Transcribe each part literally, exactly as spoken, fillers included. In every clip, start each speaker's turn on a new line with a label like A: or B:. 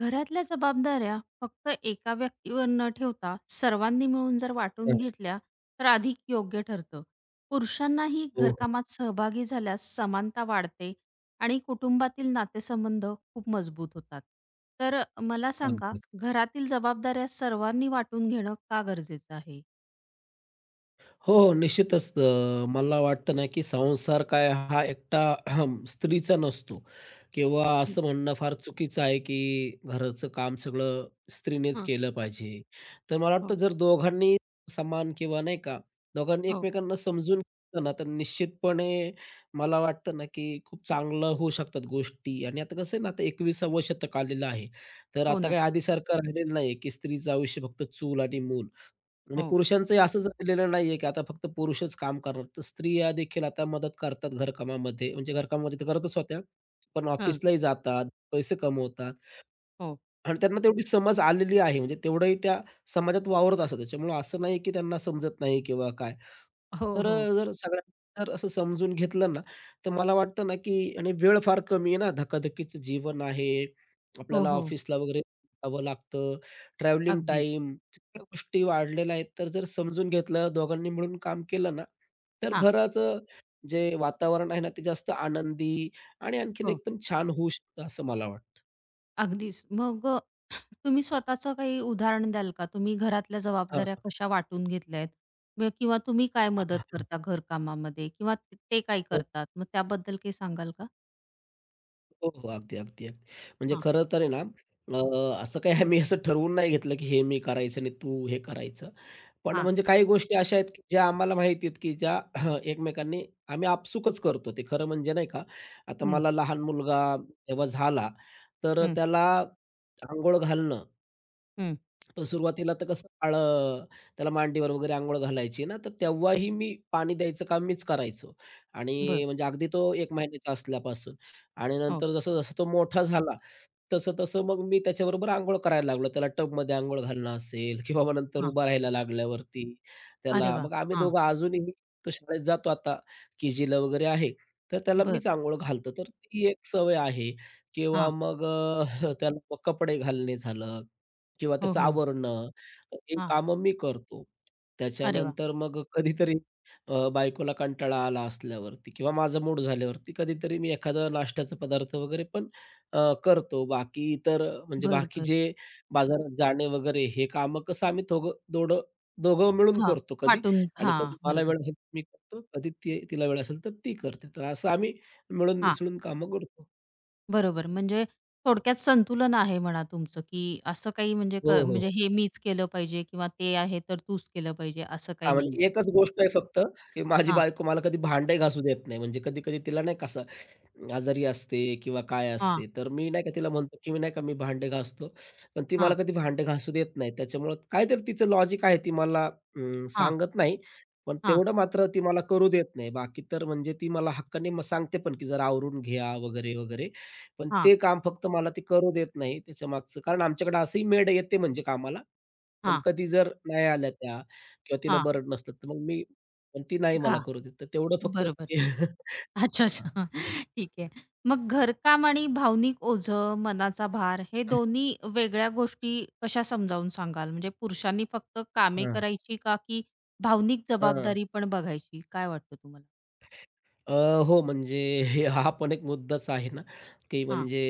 A: घरातल्या जबाबदाऱ्या फक्त एका व्यक्तीवर न ठेवता सर्वांनी मिळून जर वाटून
B: हो,
A: घेतल्या तर अधिक योग्य ठरतं. पुरुषांनाही
B: हो, हो.
A: घरकामात सहभागी झाल्यास समानता वाढते आणि कुटुंबातील नातेसंबंध खूप मजबूत होतात. तर मला सांगा,
B: अगदी.
A: घरातील जबाबदाऱ्या सर्वांनी वाटून घेणं का गरजेचं आहे?
B: हो, हो, निश्चितच अ, मला वाटतं ना, की संसार काय हा एकटा अहं, स्त्रीचा नसतो किंवा
A: हं,
B: असं म्हणणं फार चुकीचं आहे, की घराचं काम सगळं स्त्रीनेच केलं पाहिजे. तर मला वाटतं
A: हो,
B: जर दोघांनी समान किंवा नाही का, दोघांनी
A: हो.
B: एकमेकांना समजून घेतलं ना, तर निश्चितपणे मला वाटतं ना, की खूप चांगलं होऊ शकतात गोष्टी. आणि आता कसं आहे ना, आता एकविसावं शतक आलेलं आहे. तर
A: हो
B: आता
A: ना.
B: काही आधीसारखं राहिलेलं नाही, की स्त्रीचं आयुष्य फक्त चूल आणि मूल. आणि
A: हो.
B: पुरुषांचंही असं झालेलं नाहीये, की आता फक्त पुरुषच काम करणार. तर स्त्रिया देखील आता मदत करतात घरकामामध्ये. म्हणजे घरकामामध्ये तर करतच होत्या, पण
A: हं,
B: ऑफिसलाही जातात, पैसे कमवतात.
A: हो.
B: आणि त्यांना तेवढी समज आलेली आहे. म्हणजे तेवढंही त्या समाजात वावरत असतात. त्याच्यामुळं असं नाही, की त्यांना समजत नाही किंवा काय.
A: हो,
B: तर
A: हो.
B: अ, जर सगळ्यांनी जर असं समजून घेतलं ना, तर मला वाटतं ना, की आणि वेळ फार कमी आहे ना, धकाधकीचं जीवन आहे.
A: हो,
B: आपल्याला
A: हो.
B: ऑफिसला वगैरे जावं लागतं. ट्रॅव्हलिंग
A: अगदीच.
B: टाईम त्या गोष्टी वाढलेल्या आहेत. तर जर समजून घेतलं, दोघांनी मिळून काम केलं ना, तर
A: हां.
B: घराचं जे वातावरण आहे ना, ते जास्त आनंदी आणि आणखीन
A: हो,
B: एकदम छान होऊ शकतं असं मला वाटतं.
A: अगदीच. मग तुम्ही स्वतःचं काही उदाहरण द्याल का? तुम्ही घरातल्या
B: हां,
A: जबाबदाऱ्या कशा वाटून घेतल्या आहेत? मग किंवा तुम्ही काय
B: हां,
A: मदत
B: हां, हां.
A: करता घरकामामध्ये किंवा ते ते काय करतात? मग त्याबद्दल काही सांगाल का?
B: हो, हो. अगदी, अगदी, अगदी. म्हणजे
A: हां,
B: खरं तर आहे ना, अ, असं काही आम्ही असं ठरवून नाही घेतलं, की हे मी करायचं आणि तू हे करायचं. पण
A: हां.
B: म्हणजे काही गोष्टी अशा आहेत, की ज्या आम्हाला माहिती आहेत, की ज्या एकमेकांनी आम्ही आपसुकच करतो. ते खरं म्हणजे नाही का, आता
A: हं,
B: मला लहान मुलगा जेव्हा झाला, तर
A: हं,
B: त्याला अंघोळ घालणं
A: हं.
B: तर सुरुवातीला तर कसं काळं त्याला मांडीवर वगैरे अंघोळ घालायची ना, तर तेव्हाही मी पाणी द्यायचं काम मीच करायचो
A: बरं.
B: आणि म्हणजे अगदी तो एक महिन्याचा असल्यापासून आणि
A: हो.
B: नंतर जसं-जसं तो मोठा झाला, तसं-तसं मग मी त्याच्याबरोबर अंघोळ करायला लागलो. त्याला टबमध्ये अंघोळ घालणं असेल किंवा मग नंतर
A: हां.
B: उभा राहायला लागल्यावरती
A: अरे
B: त्याला
A: वाह!
B: मग आम्ही
A: हां.
B: दोघं अजूनही तो शाळेत जातो आता के-जीला वगैरे आहे, तर त्याला
A: बरं.
B: मीच अंघोळ घालतो. तर ती एक सवय आहे किंवा
A: हां.
B: मग अ, त्याला मग कपडे घालणे झालं किंवा
A: हो,
B: त्याचं
A: हो.
B: आवरणं, तर ही
A: हां.
B: कामं मी करतो.
A: अरे वाह!
B: त्याच्यानंतर मग कधीतरी अ, बायकोला कंटाळा आला असल्यावरती किंवा माझा मूड झाल्यावरती कधीतरी मी एखादा नाश्त्याचा पदार्थ वगैरे पण अ, करतो. बाकी इतर म्हणजे
A: बरं,
B: बाकी
A: बरं.
B: जे बाजारात जाणे वगैरे हे कामं कसं आम्ही दोघं दोडं दोघं मिळून
A: हां.
B: करतो कधी
A: वाटून
B: आणि
A: हां.
B: कधी मला
A: बरोबर.
B: वेळ असेल तर मी करतो, कधी ती तिला वेळ असेल तर ती करते. तर असं आम्ही मिळून
A: हां.
B: मिसळून कामं करतो.
A: बरोबर. म्हणजे थोडक्यात संतुलन आहे म्हणा तुमचं, की असं काही म्हणजे क
B: हो, हो.
A: म्हणजे हे मीच केलं पाहिजे किंवा ते आहे तर तूच केलं पाहिजे असं काही
B: हां,
A: नाही.
B: म्हणजे एकच गोष्ट आहे फक्त, की माझी बायको मला कधी भांडे घासू देत नाही. म्हणजे कधी-कधी तिला नाही का असं आजारी असते किंवा काय
A: हां,
B: असते, तर मी नाही का तिला म्हणतो, की मी "नाही का मी भांडे घासतो." पण ती मला
A: हां,
B: कधी भांडे घासू देत नाही. त्याच्यामुळं काहीतरी तिचं लॉजिक आहे, ती मला अं,
A: हां,
B: सांगत नाही. पण
A: हां,
B: तेवढं मात्र ती मला करू देत नाही. बाकी तर म्हणजे ती मला हक्काने मग सांगते पण, की "जरा आवरून घ्या" वगैरे, वगैरे. पण
A: हां,
B: ते काम फक्त मला ती करू देत नाही त्याच्यामागचं कारण आमच्याकडे असंही मेड येते म्हणजे कामाला. पण
A: हां,
B: कधी जर नाही आल्या त्या किंवा तिला
A: हां.
B: बरं नसलं, तर मग मी पण ती नाही मला
A: हां,
B: करू देत. तर तेवढं फक्त
A: बरोबर.
B: ते हां.
A: अच्छा, अच्छा. ठीक आहे. मग घरकाम आणि भावनिक ओझं, मनाचा भार हे दोन्ही वेगळ्या गोष्टी कशा समजावून सांगाल? म्हणजे पुरुषांनी फक्त कामे करायची का, की भावनिक
B: हां, हां.
A: जबाबदारी पण बघायची? काय वाटतं तुम्हाला?
B: अ, हो, म्हणजे हा पण एक मुद्दाच आहे ना, की
A: हां,
B: म्हणजे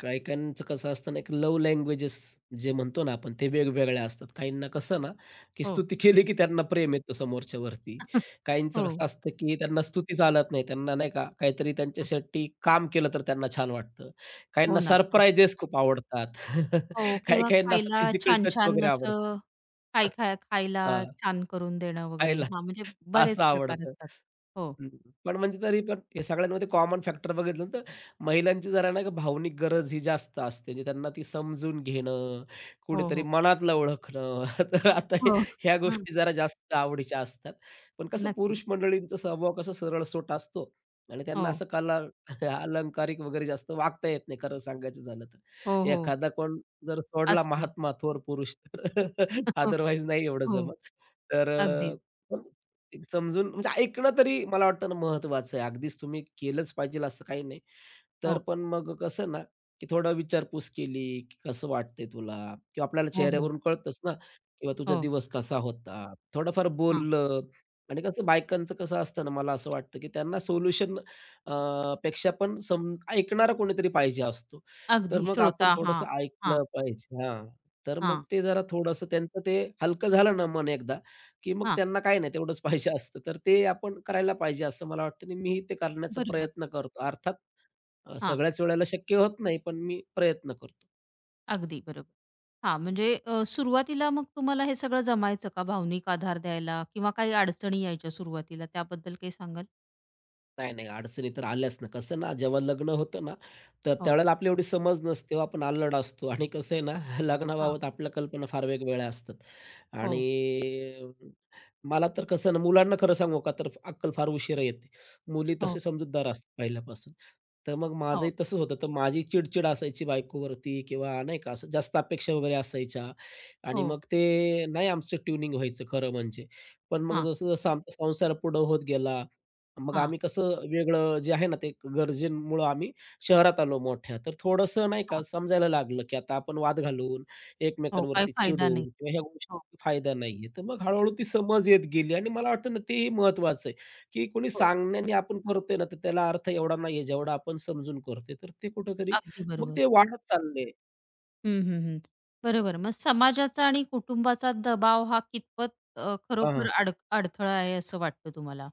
B: काही-काहींचं कसं असतं ना, एक लव्ह लँग्वेजेस जे म्हणतो ना आपण, ते वेगवेगळ्या असतात. काहींना कसं ना, की
A: हो.
B: स्तुती केली की त्यांना प्रेम येतं समोरच्यावरती. काहींचं कसं
A: हो.
B: असतं, की त्यांना स्तुती चालत नाही. त्यांना नाही का, काहीतरी
A: हां,
B: त्यांच्यासाठी काम केलं तर त्यांना छान वाटतं.
A: हो
B: काहींना
A: ना. हां.
B: सरप्राइजेस खूप आवडतात.
A: हो किंवा
B: काही-काहींना असं
A: खायला
B: फिजिकल टच
A: छान-छान
B: वगैरे आवडतं.
A: असं काय खाय खायला छान करून देणं वगैरे.
B: खायला
A: हां, म्हणजे
B: असं
A: बरेच प्रकार
B: आवडतं.
A: असतात. हो.
B: हं, पण म्हणजे तरी पण या सगळ्यांमध्ये कॉमन फॅक्टर बघितलं तर महिलांची जरा नाही का भावनिक गरज ही जास्त असते. म्हणजे त्यांना ती समजून घेणं,
A: हो,
B: कुणीतरी
A: हो.
B: मनातलं ओळखणं. तर आता हे
A: हो.
B: ह्या
A: हां,
B: गोष्टी जरा जास्त आवडीच्या असतात. पण कसं
A: नक्कीच.
B: पुरुष मंडळींचा स्वभाव कसा सरळसोट असतो आणि त्यांना
A: हो,
B: असं कला अलंकारिक वगैरे जास्त वागता येत नाही खरं सांगायचं झालं तर.
A: हो, हो.
B: एखादा कोण जर सोडला
A: असतो.
B: महात्मा, थोर पुरुष तर अदरवाईज नाही एवढं
A: हो,
B: जमत. तर
A: अगदीच.
B: पण एक समजून म्हणजे ऐकणं तरी मला वाटतं ना महत्वाचं आहे. अगदीच तुम्ही केलंच पाहिजे असं काही नाही. तर
A: हो,
B: पण मग कसं ना, की थोडं विचारपूस केली, की "कसं वाटतंय तुला?" किंवा आपल्याला
A: हो, हो,
B: चेहऱ्यावरून कळतंच ना, किंवा "तुझा
A: हो.
B: दिवस कसा होता?" थोडंफार
A: हां,
B: बोललं आणि कसं बायकांचं कसं असतं ना, मला असं वाटतं, की त्यांना सोल्युशन पेक्षा पण सम ऐकणारा कोणीतरी पाहिजे असतो. तर
A: अगदी
B: मग आपण
A: श्रोता हां,
B: थोडंसं
A: हां,
B: ऐकलं पाहिजे. हां, तर मग
A: हां,
B: ते जरा थोडंसं त्यांचं ते हलकं झालं ना मन एकदा की मग
A: हां.
B: त्यांना काही नाही तेवढंच पाहिजे असतं. तर ते आपण करायला पाहिजे असं मला वाटतं आणि मीही ते करण्याचा
A: बरोबर.
B: प्रयत्न करतो. अर्थात अ,
A: हां,
B: सगळ्याच वेळेला शक्य होत नाही, पण मी प्रयत्न करतो.
A: अगदी बरोबर. हां, म्हणजे अ, सुरुवातीला मग तुम्हाला हे सगळं जमायचं का भावनिक आधार द्यायला किंवा काही अडचणी यायच्या सुरुवातीला त्याबद्दल काही सांगाल?
B: नाही, नाही अडचणी तर आल्याच ना. कसं ना जेव्हा लग्न होतं ना, तर
A: हो,
B: त्यावेळेला आपली एवढी समज नसते हो, आपण अल्लड असतो आणि कसं आहे ना
A: हां,
B: लग्नाबाबत आपल्या कल्पना फार वेगवेगळ्या असतात.
A: हो,
B: आणि अ, मला तर कसं ना, मुलांना खरं सांगू का, तर अक्कल फार उशिरा येते. मुली
A: हो,
B: तसे समजूतदार असतात पहिल्यापासून. तर मग माझंही
A: हो,
B: तसंच होतं. तर माझी चिडचिड असायची बायकोवरती किंवा नाही का, असं जास्त अपेक्षा वगैरे असायच्या आणि
A: हो.
B: मग ते नाही आमचं ट्युनिंग व्हायचं खरं म्हणजे. पण मग
A: हां,
B: जसं-जसं आमचा संसार पुढं होत गेला, मग
A: हां,
B: आम्ही कसं वेगळं जे आहे ना, ते गरजेमुळं आम्ही शहरात आलो मोठ्या. तर थोडंसं नाही का,
A: हां.
B: समजायला लागलं, की आता आपण वाद घालून,
A: हो, काही
B: एकमेकांवरती
A: फायदा नाही.
B: चिडून किंवा ह्या
A: हो,
B: फायदा नाहीये. तर मग हळू-हळू ती समज येत गेली आणि मला वाटतं ना तेही महत्वाचं आहे, की कोणी
A: हो.
B: सांगण्याने आपण करतोय ना, तर त्याला अर्थ एवढा नाहीये जेवढा आपण समजून करतोय. तर ते कुठेतरी
A: अगदी
B: मग
A: बरोबर.
B: ते वाढत चाललंय.
A: हं, हं, हं. बरोबर. मग समाजाचा आणि कुटुंबाचा दबाव हा कितपत अ,
B: हां.
A: खरोखर अड अडथळा आहे असं वाटतं तुम्हाला?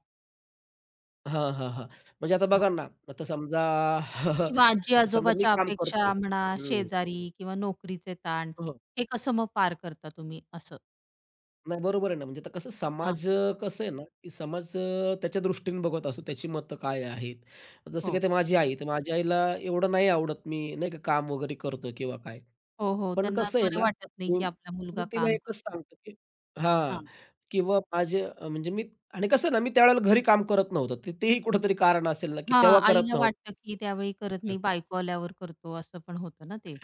B: हां, हां, हां. म्हणजे आता
A: हां.
B: बघा ना, आता समजा
A: किंवा
B: आता समजा मी
A: आजी-आजोबाच्या
B: काम करतोय.
A: अपेक्षा म्हणा,
B: हं.
A: शेजारी किंवा नोकरीचे ताण
B: हो.
A: हे कसं मग पार करता तुम्ही असं?
B: नाही बरोबर आहे ना, म्हणजे आता कसं
A: हां.
B: समाज अ, कसं आहे ना, की समाज अ, त्याच्या दृष्टीने बघत असतो, त्याची मतं काय आहेत. जसं की
A: हो.
B: आता माझी आई, तर माझ्या आईला एवढं नाही आवडत मी नाही का काम वगैरे करतो किंवा काय.
A: हो, हो.
B: पण
A: त्यांना
B: कसं आहे
A: बरं
B: ना,
A: वाटत नाही,
B: मी
A: की आपला
B: मी
A: मुलगा
B: तिला
A: काम
B: एकच
A: करतो.
B: सांगतो, की हां,
A: हां.
B: किंवा माझे अ, म्हणजे मी आणि कसं आहे ना, मी त्यावेळेला घरी काम करत नव्हतो. तर तेही कुठेतरी कारण असेल ना, की
A: हां,
B: तेव्हा करत
A: आईला
B: नव्हतो.
A: वाटतं, की त्यावेळी करत नाही, बायको आल्यावर करतो असं पण होतं ना ते.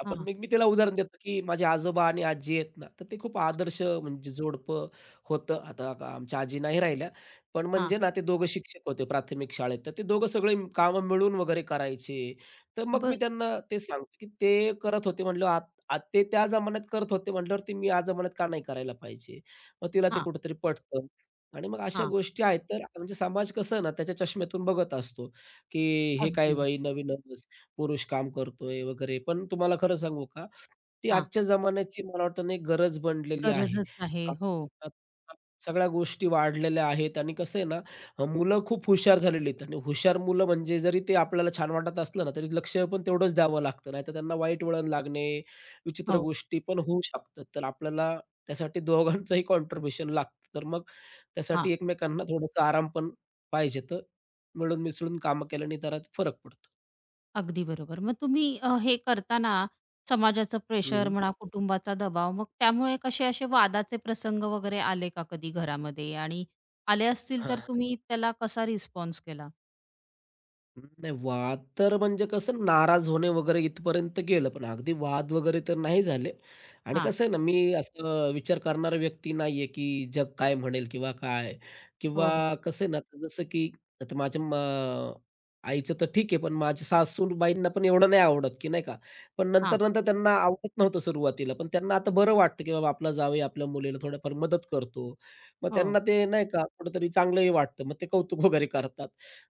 B: आपण
A: हां,
B: मग मी त्याला उदाहरण देतो, की माझे आजोबा आणि आजी आहेत ना, तर ते खूप
A: हां,
B: आदर्श म्हणजे जोडपं होतं. आता आ- आमच्या आजी नाही राहिल्या, पण
A: हां.
B: म्हणजे ना ते दोघं शिक्षक होते प्राथमिक शाळेत. तर ते दोघं सगळे कामं मिळून वगैरे करायचे. तर मग मी
A: बरं.
B: त्यांना ते सांगतो, की ते करत होते म्हटल्यावर आत आत ते त्या जमान्यात करत होते म्हटल्यावर ते मी या जमान्यात का नाही करायला पाहिजे? मग तिला ते
A: हां,
B: कुठेतरी पटतं आणि मग अशा गोष्टी आहेत. तर म्हणजे समाज कसं ना त्याच्या चष्म्यातून बघत असतो, की हे काय
A: अगदी.
B: बाई नवीनच पुरुष काम करतोय वगैरे. पण तुम्हाला खरं सांगू का, ती
A: हां.
B: आजच्या जमान्याची मला वाटतं ना गरज बनलेली आहे.
A: गरजच आहे.
B: का
A: हो,
B: सगळ्या गोष्टी वाढलेल्या आहेत आणि कसं आहे ना, अ, मुलं खूप हुशार झालेली आहेत आणि हुशार मुलं म्हणजे जरी ते आपल्याला छान वाटत असलं ना, तरी लक्ष पण तेवढंच द्यावं लागतं. नाहीतर त्यांना वाईट वळण लागणे, विचित्र
A: हो.
B: गोष्टी पण होऊ शकतात. तर आपल्याला त्यासाठी दोघांचंही कॉन्ट्रिब्युशन लागतं. तर मग
A: हां.
B: त्यासाठी एकमेकांना थोडासा आराम पण पाहिजे. तर मिळून मिसळून कामं केल्याने जरा फरक पडतो.
A: अगदी बरोबर. मग तुम्ही अ, हे करताना समाजाचं प्रेशर म्हणा, कुटुंबाचा दबाव, मग त्यामुळे कसे असे वादाचे प्रसंग वगैरे आले का कधी घरामध्ये? आणि आले असतील तर
B: हां,
A: तुम्ही त्याला कसा रिस्पॉन्स केला?
B: नाही वाद तर म्हणजे कसं नाराज होणे वगैरे इथपर्यंत गेलं, पण अगदी वाद वगैरे तर नाही झाले. आणि
A: हां.
B: कसं आहे ना, मी असं विचार करणारा व्यक्ती नाहीये, की जग काय म्हणेल किंवा काय किंवा
A: हो, हो.
B: कसं आहे ना, आता जसं की आता माझ्या म आईचं तर ठीक आहे, पण माझ्या सासूबाईंना पण एवढं नाही आवडत, की नाही का. पण
A: हां.
B: नंतर-नंतर त्यांना आवडत नव्हतं सुरुवातीला, पण त्यांना आता बरं वाटतं, की बाबा आपला जावई आपल्या मुलीला थोडंफार मदत करतो. मग त्यांना
A: हो,
B: ते नाही का कुठेतरी चांगलंही वाटतं. मग ते कौतुक वगैरे करतात.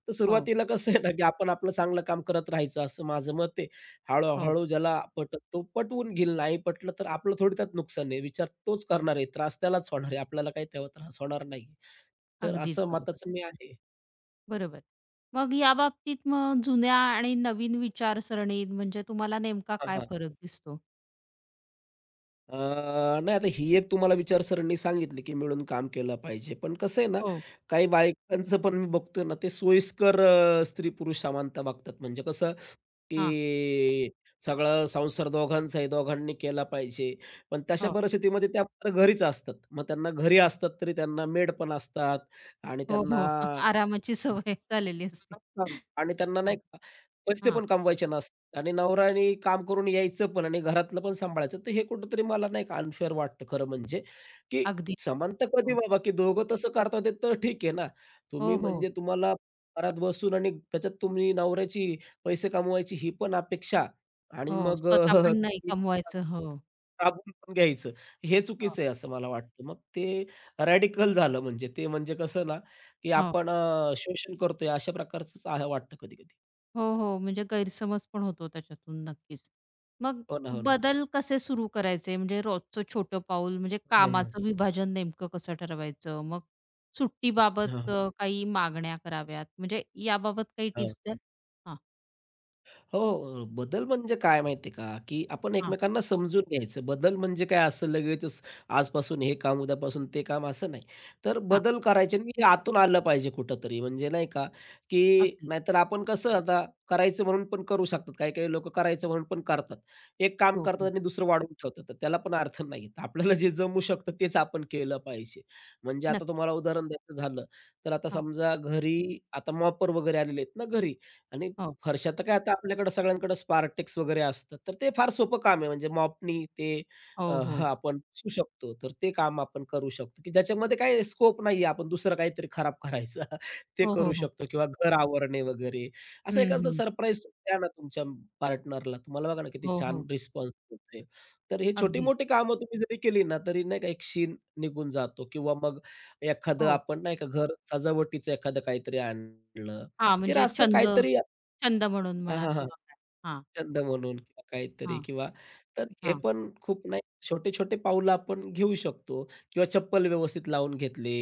B: तर
A: हो,
B: सुरुवातीला कसं आहे ना, की आपण आपलं चांगलं काम करत राहायचं असं माझं मत आहे.
A: हो.
B: हळू-हळू ज्याला पटत तो पटवून घेईल, नाही पटलं तर आपलं थोडी त्यात नुकसान आहे. विचार तोच करणार आहे, त्रास त्यालाच होणार आहे. आपल्याला काही तेव्हा त्रास होणार नाही. तर
A: अगदीच
B: असं
A: बरोबर.
B: मताचं मी आहे.
A: बरोबर. मग याबाबतीत मग जुन्या आणि नवीन विचारसरणीत म्हणजे तुम्हाला नेमका
B: हां,
A: काय
B: हां.
A: फरक दिसतो?
B: अ, नाही आता ही एक तुम्हाला विचारसरणी सांगितली, की मिळून काम केलं पाहिजे. पण कसं आहे ना,
A: हो.
B: काही बायकांचं पण मी बघतोय ना, ते सोयीस्कर अ, स्त्री-पुरुष समानता बघतात. म्हणजे कसं
A: हां.
B: की सगळा संसार दोघांचा आहे, दोघांनी केला पाहिजे. पण तशा
A: हो.
B: परिस्थितीमध्ये त्या मात्र घरीच असतात. मग त्यांना घरी असतात तरी त्यांना मेड पण असतात आणि
A: हो,
B: त्यांना
A: हो. आरामाची सवय झालेली असते.
B: असतात आणि त्यांना नाही
A: हां,
B: का पैसे
A: हां.
B: पण कमवायचे नसतात आणि नवऱ्याने काम करून यायचं पण आणि घरातलं पण सांभाळायचं. तर हे कुठेतरी मला नाही का अनफेअर वाटतं खरं म्हणजे, की
A: अगदी.
B: समानता कधी बाबा, की दोघं तसं करतात ते तर ठीक आहे ना. तुम्ही
A: हो, हो.
B: म्हणजे तुम्हाला घरात बसून आणि त्याच्यात तुम्ही नवऱ्याची पैसे कमवायची ही पण अपेक्षा आणि
A: हो,
B: मग
A: स्वतः
B: अ,
A: पण नाही कमवायचं. हो.
B: राबवून पण घ्यायचं. हे
A: हां.
B: चुकीचं आहे असं मला वाटतं. मग ते रॅडिकल झालं म्हणजे ते म्हणजे कसं ना, की
A: हो.
B: आपण अ, शोषण करतोय अशा प्रकारचंच आहे वाटतं कधी-कधी.
A: हो, हो. म्हणजे गैरसमज पण होतो त्याच्यातून नक्कीच. मग
B: हो ना, हो ना.
A: बदल कसे सुरू करायचे? म्हणजे रोजचं छोटं पाऊल म्हणजे
B: हं, हं.
A: कामाचं विभाजन नेमकं कसं ठरवायचं? मग
B: हां,
A: सुट्टीबाबत अ, काही मागण्या कराव्यात म्हणजे याबाबत काही
B: हां.
A: टिप्स द्याल? हां,
B: हो, बदल म्हणजे काय माहिती का, की आपण
A: हां,
B: एकमेकांना समजून घ्यायचं. बदल म्हणजे काय असं लगेचच आजपासून हे काम, उद्यापासून ते काम असं नाही. तर
A: हां.
B: बदल करायचे आणि हे आतून आलं पाहिजे कुठेतरी म्हणजे नाही का, की
A: अगदीच.
B: नाहीतर आपण कसं आता करायचं म्हणून पण करू शकतात. काही-काही लोकं करायचं म्हणून पण करतात. एक काम
A: हो,
B: करतात
A: हो.
B: आणि दुसरं वाढवून ठेवतात. तर त्याला पण अर्थ नाही. तर आपल्याला जे जमू शकतं तेच आपण केलं पाहिजे. म्हणजे आता
A: नक्कीच.
B: तुम्हाला उदाहरण द्यायचं झालं, तर आता
A: हां.
B: समजा घरी आता मॉपर वगैरे आलेले आहेत ना घरी आणि
A: हो,
B: फरशा तर काय आता आपल्याकडे सगळ्यांकडे Spartex वगैरे असतात. तर ते फार सोपं काम आहे म्हणजे मॉपनी ते अ,
A: हो, हो.
B: आपण पुसू शकतो. तर ते काम आपण करू शकतो, की ज्याच्यामध्ये काही स्कोप नाहीये आपण दुसरं काहीतरी खराब करायचा ते
A: हो,
B: करू
A: हो, हो.
B: शकतो किंवा घर आवरणे वगैरे. असं
A: हं,
B: एखादं
A: हं.
B: सरप्राईज द्या ना तुमच्या पार्टनरला. तुम्हाला बघा ना किती
A: हो,
B: छान
A: हो.
B: रिस्पॉन्स मिळतोय. तर हे
A: अगदीच.
B: छोटी-मोठी कामं तुम्ही जरी केली ना, तरी नाही का एक शीण निघून जातो किंवा मग एखादं
A: हो.
B: आपण नाही का घर सजावटीचं एखादं काहीतरी आणलं.
A: हां,
B: तर
A: म्हणजे
B: असं
A: छंद
B: काहीतरी
A: छंद म्हणून
B: हां,
A: म्हणा
B: हां, हां.
A: किंवा काय. हां,
B: छंद म्हणून किंवा काहीतरी
A: हां,
B: किंवा तर हे
A: हां,
B: पण खूप नाही छोटे-छोटे पाऊलं आपण घेऊ शकतो किंवा चप्पल व्यवस्थित लावून घेतले.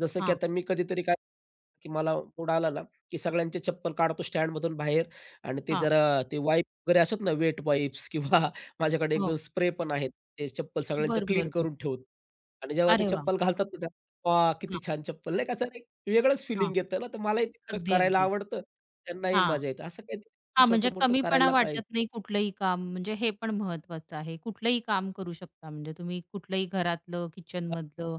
B: जसं की
A: हां,
B: आता मी कधीतरी काय की मला मूड आला ना, की सगळ्यांचे चप्पल काढतो स्टँडमधून बाहेर आणि ते
A: हां.
B: जरा ते वाईप वगैरे असतात ना, वेट वाईप्स किंवा माझ्याकडे
A: हो.
B: एक-दोन स्प्रे पण आहेत. ते चप्पल सगळ्यांच्या
A: बरं,
B: क्लीन
A: बरं, बरं.
B: करून ठेवतो आणि जेव्हा ते
A: अरे वाह!
B: चप्पल घालतात ना, तेव्हा वाह! किती
A: हां,
B: छान चप्पल नाही का, असं एक वेगळंच
A: हां.
B: फीलिंग येतं ना, तर मलाही ते खरं
A: अगदी,
B: करायला
A: अगदी.
B: आवडतं. त्यांनाही
A: हां.
B: मजा येते. असं काही
A: हां, म्हणजे
B: छोटं-मोठं
A: कमीपणा
B: करायला पाहिजे.
A: वाटत नाही कुठलंही काम म्हणजे हे पण महत्वाचं आहे. कुठलंही काम करू शकता म्हणजे तुम्ही कुठलंही घरातलं, किचनमधलं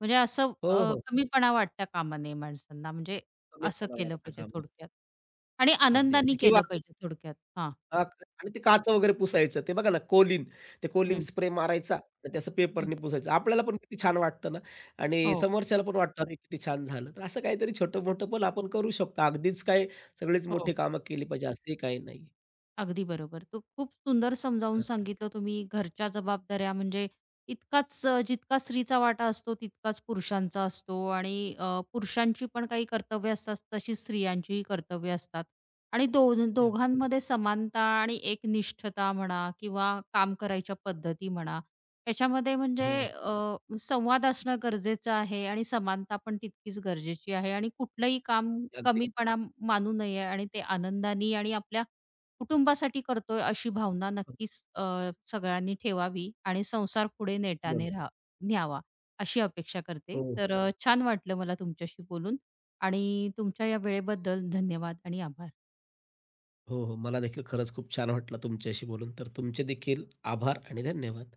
A: म्हणजे असं
B: हो,
A: अ,
B: हो.
A: कमीपणा वाटता कामा नये माणसांना म्हणजे असं
B: कमीपणा
A: केलं
B: वाटला
A: पाहिजे
B: कामात.
A: थोडक्यात आणि
B: अगदी,
A: आनंदाने
B: अगदी. किंवा
A: केलं पाहिजे थोडक्यात. हां.
B: अ, आणि ते काच वगैरे पुसायचं. ते बघा ना कोलीन, ते कोलीन
A: हं,
B: स्प्रे मारायचा आणि ते
A: हं.
B: पेपरने पुसायचं. आपल्याला पण किती छान वाटतं ना आणि
A: हो,
B: समोरच्याला पण वाटतं, "अरे, किती छान झालं." तर असं काहीतरी छोटं-मोठं पण आपण करू शकतो. अगदीच काय सगळीच
A: हो.
B: मोठी कामं केली पाहिजे असंही काही नाही.
A: अगदी बरोबर. तो खूप सुंदर समजावून
B: हां.
A: सांगितलं तुम्ही घरच्या जबाबदाऱ्या म्हणजे इतकाच अ, जितका स्त्रीचा वाटा असतो तितकाच पुरुषांचा असतो आणि अ, पुरुषांची पण काही कर्तव्य असतात तशी स्त्रियांचीही कर्तव्य असतात आणि दो
B: ते
A: दोघांमध्ये समानता आणि एकनिष्ठता म्हणा किंवा काम करायच्या पद्धती म्हणा याच्यामध्ये म्हणजे
B: हो.
A: अ, संवाद असणं गरजेचं आहे आणि समानता पण तितकीच गरजेची आहे आणि कुठलंही काम
B: अगदी.
A: कमीपणा मानू नये आणि ते आनंदाने आणि आपल्या कुटुंबासाठी करतोय अशी भावना
B: बरोबर.
A: नक्कीच अ, सगळ्यांनी ठेवावी आणि संसार पुढे
B: हो,
A: नेटाने राहा न्यावा, अशी अपेक्षा करते.
B: हो,
A: तर अ, छान वाटलं मला तुमच्याशी बोलून आणि तुमच्या या वेळेबद्दल धन्यवाद आणि आभार.
B: हो. हो. मला देखील खरंच खूप छान वाटलं तुमच्याशी बोलून. तर तुमचे देखील आभार आणि धन्यवाद.